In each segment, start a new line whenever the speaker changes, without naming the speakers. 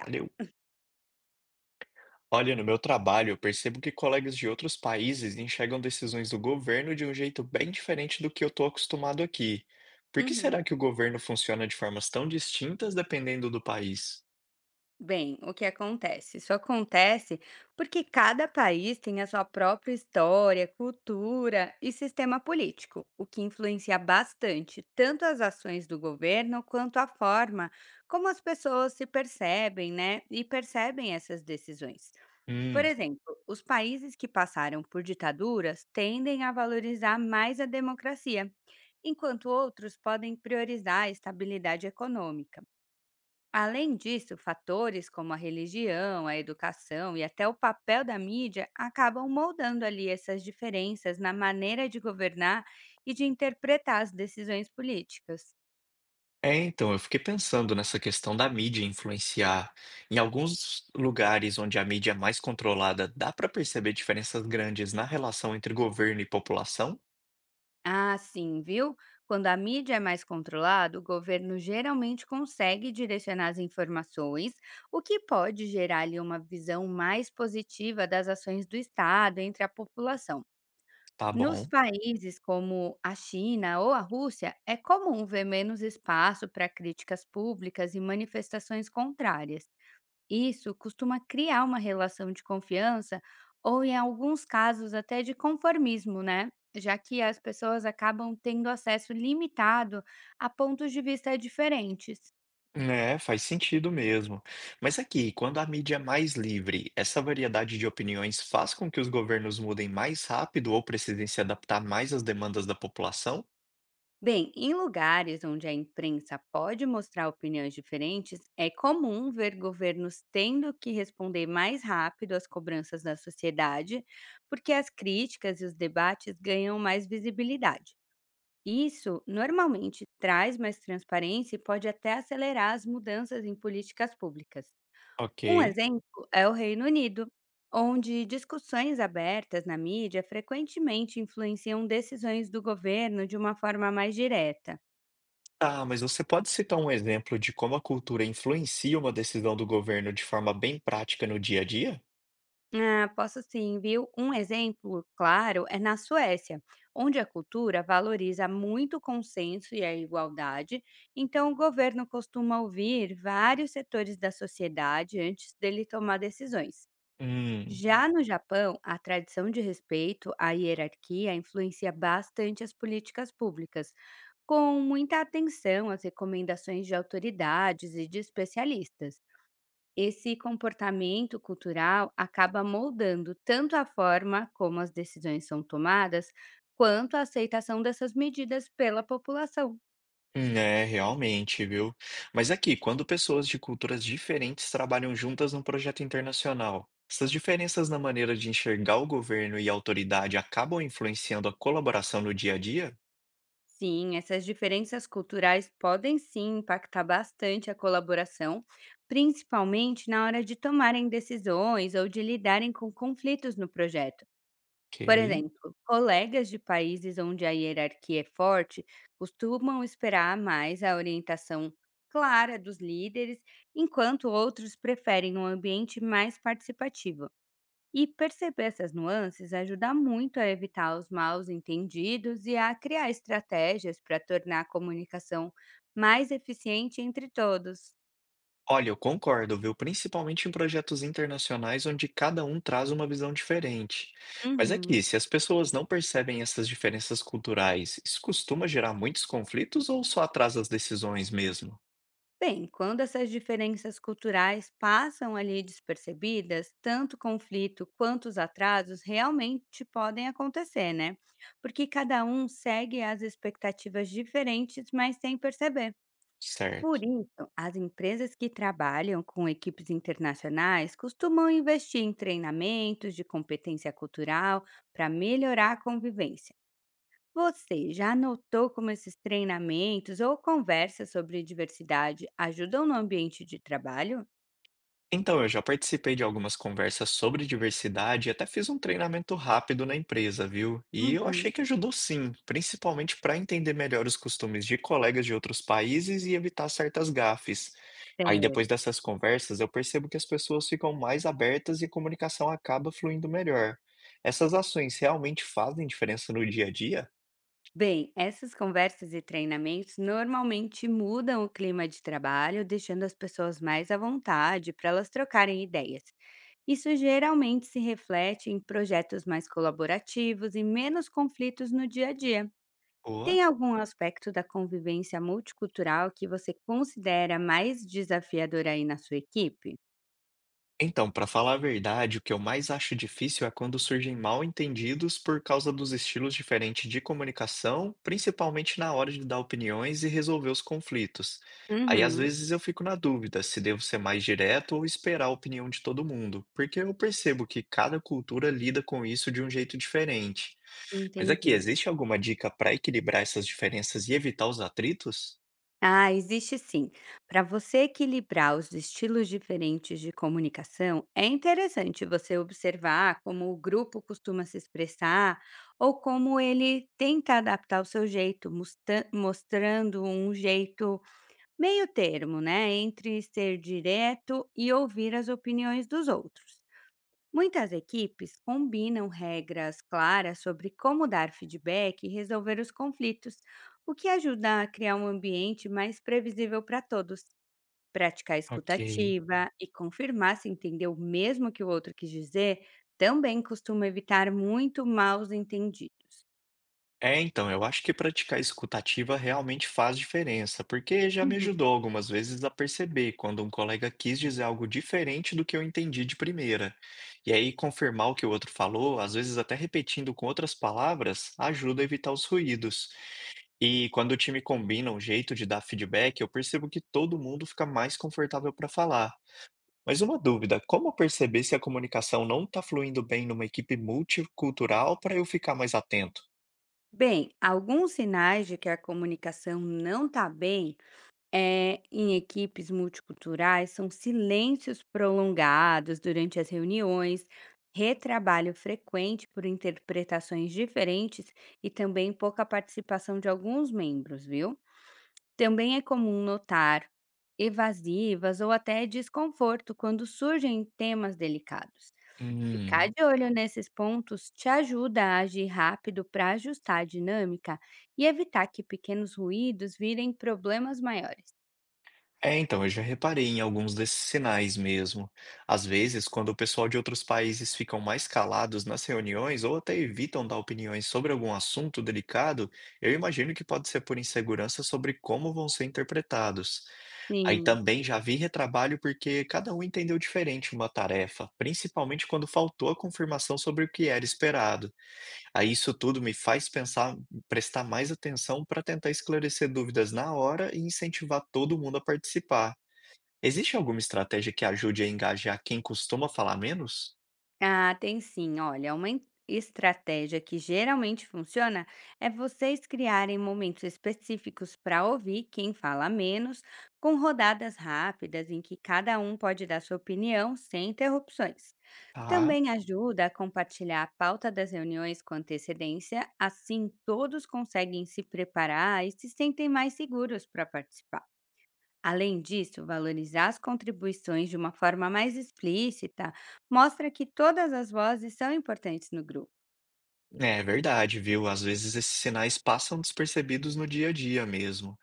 Valeu. Olha, no meu trabalho, eu percebo que colegas de outros países enxergam decisões do governo de um jeito bem diferente do que eu estou acostumado aqui. Por que será
Uhum.
que o governo funciona de formas tão distintas dependendo do país?
Bem, o que acontece? Isso acontece porque cada país tem a sua própria história, cultura e sistema político, o que influencia bastante tanto as ações do governo quanto a forma como as pessoas se percebem, né? E percebem essas decisões. Por
Hum.
exemplo, os países que passaram por ditaduras tendem a valorizar mais a democracia, enquanto outros podem priorizar a estabilidade econômica. Além disso, fatores como a religião, a educação e até o papel da mídia acabam moldando ali essas diferenças na maneira de governar e de interpretar as decisões políticas.
É, então, eu fiquei pensando nessa questão da mídia influenciar. Em alguns lugares onde a mídia é mais controlada, dá para perceber diferenças grandes na relação entre governo e população?
Ah, sim, viu? Quando a mídia é mais controlada, o governo geralmente consegue direcionar as informações, o que pode gerar ali uma visão mais positiva das ações do Estado entre a população.
Tá
Nos
bom.
países como a China ou a Rússia, é comum ver menos espaço para críticas públicas e manifestações contrárias. Isso costuma criar uma relação de confiança ou, em alguns casos, até de conformismo, né? Já que as pessoas acabam tendo acesso limitado a pontos de vista diferentes.
É, faz sentido mesmo. Mas aqui, quando a mídia é mais livre, essa variedade de opiniões faz com que os governos mudem mais rápido ou precisem se adaptar mais às demandas da população?
Bem, em lugares onde a imprensa pode mostrar opiniões diferentes, é comum ver governos tendo que responder mais rápido às cobranças da sociedade, porque as críticas e os debates ganham mais visibilidade. Isso normalmente traz mais transparência e pode até acelerar as mudanças em políticas públicas.
Ok.
Um exemplo é o Reino Unido, onde discussões abertas na mídia frequentemente influenciam decisões do governo de uma forma mais direta.
Ah, mas você pode citar um exemplo de como a cultura influencia uma decisão do governo de forma bem prática no dia a dia?
Ah, posso sim, viu? Um exemplo claro é na Suécia, onde a cultura valoriza muito o consenso e a igualdade, então o governo costuma ouvir vários setores da sociedade antes dele tomar decisões.
Hum.
Já no Japão, a tradição de respeito à hierarquia influencia bastante as políticas públicas, com muita atenção às recomendações de autoridades e de especialistas. Esse comportamento cultural acaba moldando tanto a forma como as decisões são tomadas, quanto a aceitação dessas medidas pela população.
É, realmente, viu? Mas aqui, quando pessoas de culturas diferentes trabalham juntas num projeto internacional, essas diferenças na maneira de enxergar o governo e a autoridade acabam influenciando a colaboração no dia a dia?
Sim, essas diferenças culturais podem sim impactar bastante a colaboração, principalmente na hora de tomarem decisões ou de lidarem com conflitos no projeto. Por
Ok.
exemplo, colegas de países onde a hierarquia é forte costumam esperar mais a orientação clara dos líderes, enquanto outros preferem um ambiente mais participativo. E perceber essas nuances ajuda muito a evitar os maus entendidos e a criar estratégias para tornar a comunicação mais eficiente entre todos.
Olha, eu concordo, viu? Principalmente em projetos internacionais onde cada um traz uma visão diferente. Mas
Uhum.
aqui, se as pessoas não percebem essas diferenças culturais, isso costuma gerar muitos conflitos ou só atrasa as decisões mesmo?
Bem, quando essas diferenças culturais passam ali despercebidas, tanto conflito quanto os atrasos realmente podem acontecer, né? Porque cada um segue as expectativas diferentes, mas sem perceber.
Certo.
Por isso, as empresas que trabalham com equipes internacionais costumam investir em treinamentos de competência cultural para melhorar a convivência. Você já notou como esses treinamentos ou conversas sobre diversidade ajudam no ambiente de trabalho?
Então, eu já participei de algumas conversas sobre diversidade e até fiz um treinamento rápido na empresa, viu? E eu
Uhum.
achei que ajudou sim, principalmente para entender melhor os costumes de colegas de outros países e evitar certas gafes. Aí,
Certo.
depois dessas conversas, eu percebo que as pessoas ficam mais abertas e a comunicação acaba fluindo melhor. Essas ações realmente fazem diferença no dia a dia?
Bem, essas conversas e treinamentos normalmente mudam o clima de trabalho, deixando as pessoas mais à vontade para elas trocarem ideias. Isso geralmente se reflete em projetos mais colaborativos e menos conflitos no dia a dia.
Boa!
Tem algum aspecto da convivência multicultural que você considera mais desafiador aí na sua equipe?
Então, para falar a verdade, o que eu mais acho difícil é quando surgem mal-entendidos por causa dos estilos diferentes de comunicação, principalmente na hora de dar opiniões e resolver os conflitos. Aí, às
Uhum,
vezes, eu fico na dúvida se devo ser mais direto ou esperar a opinião de todo mundo, porque eu percebo que cada cultura lida com isso de um jeito diferente. Mas aqui,
entendi.
existe alguma dica para equilibrar essas diferenças e evitar os atritos?
Ah, existe sim. Para você equilibrar os estilos diferentes de comunicação, é interessante você observar como o grupo costuma se expressar ou como ele tenta adaptar o seu jeito, mostrando um jeito meio termo, né, entre ser direto e ouvir as opiniões dos outros. Muitas equipes combinam regras claras sobre como dar feedback e resolver os conflitos, o que ajuda a criar um ambiente mais previsível para todos. Praticar a
Ok.
escutativa e confirmar se entendeu mesmo o que o outro quis dizer também costuma evitar muito maus entendidos.
É, então, eu acho que praticar escutativa realmente faz diferença, porque já me
Uhum.
ajudou algumas vezes a perceber quando um colega quis dizer algo diferente do que eu entendi de primeira. E aí, confirmar o que o outro falou, às vezes até repetindo com outras palavras, ajuda a evitar os ruídos. E quando o time combina um jeito de dar feedback, eu percebo que todo mundo fica mais confortável para falar. Mas uma dúvida, como perceber se a comunicação não está fluindo bem numa equipe multicultural para eu ficar mais atento?
Bem, alguns sinais de que a comunicação não está bem é, em equipes multiculturais, são silêncios prolongados durante as reuniões, retrabalho frequente por interpretações diferentes e também pouca participação de alguns membros, viu? Também é comum notar evasivas ou até desconforto quando surgem temas delicados. Ficar
Hum.
de olho nesses pontos te ajuda a agir rápido para ajustar a dinâmica e evitar que pequenos ruídos virem problemas maiores.
É, então, eu já reparei em alguns desses sinais mesmo. Às vezes, quando o pessoal de outros países ficam mais calados nas reuniões ou até evitam dar opiniões sobre algum assunto delicado, eu imagino que pode ser por insegurança sobre como vão ser interpretados. Aí
Sim.
também já vi retrabalho porque cada um entendeu diferente uma tarefa, principalmente quando faltou a confirmação sobre o que era esperado. Aí isso tudo me faz pensar prestar mais atenção para tentar esclarecer dúvidas na hora e incentivar todo mundo a participar. Existe alguma estratégia que ajude a engajar quem costuma falar menos?
Ah, tem sim. Olha, uma estratégia que geralmente funciona é vocês criarem momentos específicos para ouvir quem fala menos, com rodadas rápidas em que cada um pode dar sua opinião sem interrupções.
Tá.
Também ajuda a compartilhar a pauta das reuniões com antecedência, assim todos conseguem se preparar e se sentem mais seguros para participar. Além disso, valorizar as contribuições de uma forma mais explícita mostra que todas as vozes são importantes no grupo.
É verdade, viu? Às vezes esses sinais passam despercebidos no dia a dia mesmo.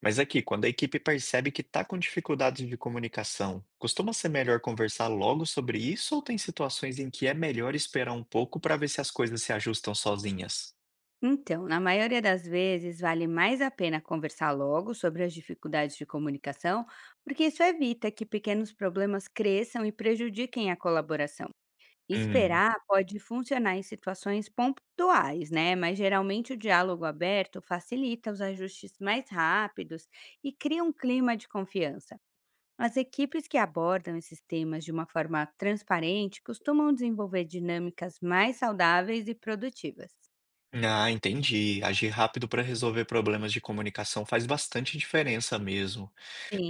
Mas aqui, quando a equipe percebe que está com dificuldades de comunicação, costuma ser melhor conversar logo sobre isso ou tem situações em que é melhor esperar um pouco para ver se as coisas se ajustam sozinhas?
Então, na maioria das vezes, vale mais a pena conversar logo sobre as dificuldades de comunicação, porque isso evita que pequenos problemas cresçam e prejudiquem a colaboração.
Hum.
Esperar pode funcionar em situações pontuais, né? Mas geralmente o diálogo aberto facilita os ajustes mais rápidos e cria um clima de confiança. As equipes que abordam esses temas de uma forma transparente costumam desenvolver dinâmicas mais saudáveis e produtivas.
Ah, entendi. Agir rápido para resolver problemas de comunicação faz bastante diferença mesmo.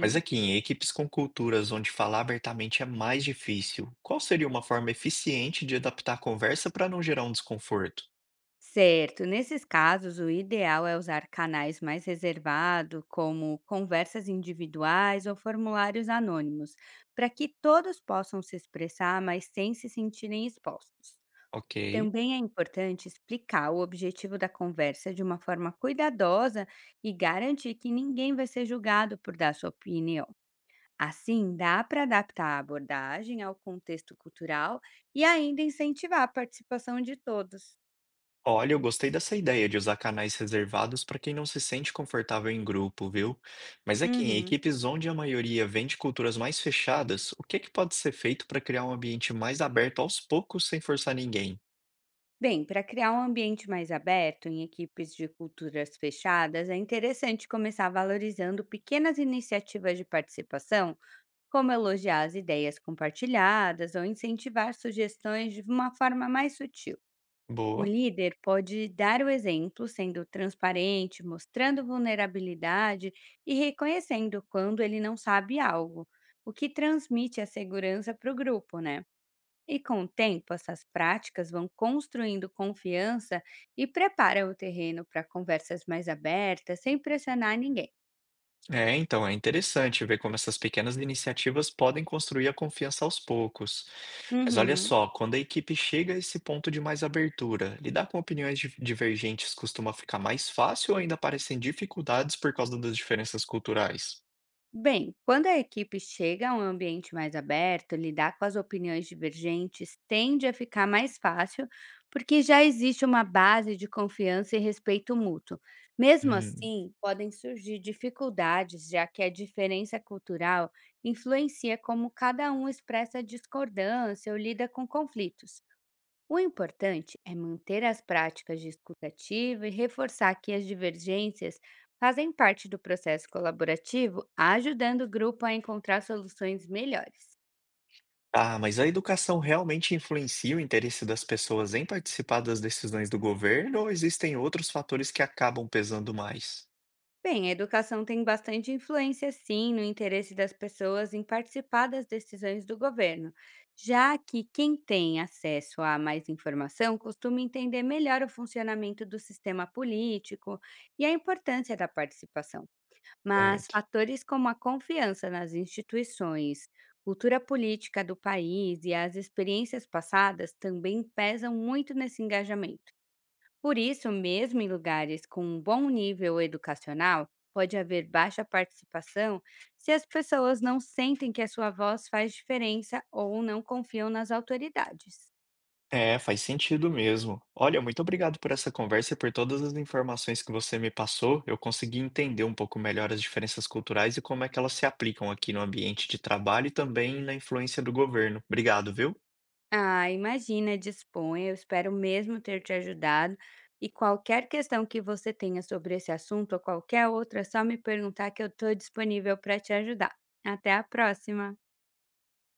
Mas aqui, em equipes com culturas onde falar abertamente é mais difícil, qual seria uma forma eficiente de adaptar a conversa para não gerar um desconforto?
Certo, nesses casos o ideal é usar canais mais reservados, como conversas individuais ou formulários anônimos, para que todos possam se expressar, mas sem se sentirem expostos.
Ok.
Também é importante explicar o objetivo da conversa de uma forma cuidadosa e garantir que ninguém vai ser julgado por dar sua opinião. Assim, dá para adaptar a abordagem ao contexto cultural e ainda incentivar a participação de todos.
Olha, eu gostei dessa ideia de usar canais reservados para quem não se sente confortável em grupo, viu? Mas aqui, em
Uhum.
equipes onde a maioria vem de culturas mais fechadas, o que que pode ser feito para criar um ambiente mais aberto aos poucos sem forçar ninguém?
Bem, para criar um ambiente mais aberto em equipes de culturas fechadas, é interessante começar valorizando pequenas iniciativas de participação, como elogiar as ideias compartilhadas ou incentivar sugestões de uma forma mais sutil. O
Boa.
líder pode dar o exemplo, sendo transparente, mostrando vulnerabilidade e reconhecendo quando ele não sabe algo, o que transmite a segurança para o grupo, né? E com o tempo, essas práticas vão construindo confiança e prepara o terreno para conversas mais abertas, sem pressionar ninguém.
É, então, é interessante ver como essas pequenas iniciativas podem construir a confiança aos poucos. Mas olha
Uhum.
só, quando a equipe chega a esse ponto de mais abertura, lidar com opiniões divergentes costuma ficar mais fácil ou ainda aparecem dificuldades por causa das diferenças culturais?
Bem, quando a equipe chega a um ambiente mais aberto, lidar com as opiniões divergentes tende a ficar mais fácil, porque já existe uma base de confiança e respeito mútuo. Mesmo
Hum.
assim, podem surgir dificuldades, já que a diferença cultural influencia como cada um expressa discordância ou lida com conflitos. O importante é manter as práticas de escuta ativa e reforçar que as divergências fazem parte do processo colaborativo, ajudando o grupo a encontrar soluções melhores.
Ah, mas a educação realmente influencia o interesse das pessoas em participar das decisões do governo ou existem outros fatores que acabam pesando mais?
Bem, a educação tem bastante influência, sim, no interesse das pessoas em participar das decisões do governo, já que quem tem acesso a mais informação costuma entender melhor o funcionamento do sistema político e a importância da participação. Mas
Certo.
fatores como a confiança nas instituições, cultura política do país e as experiências passadas também pesam muito nesse engajamento. Por isso, mesmo em lugares com um bom nível educacional, pode haver baixa participação se as pessoas não sentem que a sua voz faz diferença ou não confiam nas autoridades.
É, faz sentido mesmo. Olha, muito obrigado por essa conversa e por todas as informações que você me passou. Eu consegui entender um pouco melhor as diferenças culturais e como é que elas se aplicam aqui no ambiente de trabalho e também na influência do governo. Obrigado, viu?
Ah, imagina, disponha. Eu espero mesmo ter te ajudado. E qualquer questão que você tenha sobre esse assunto ou qualquer outra, é só me perguntar que eu estou disponível para te ajudar. Até a próxima!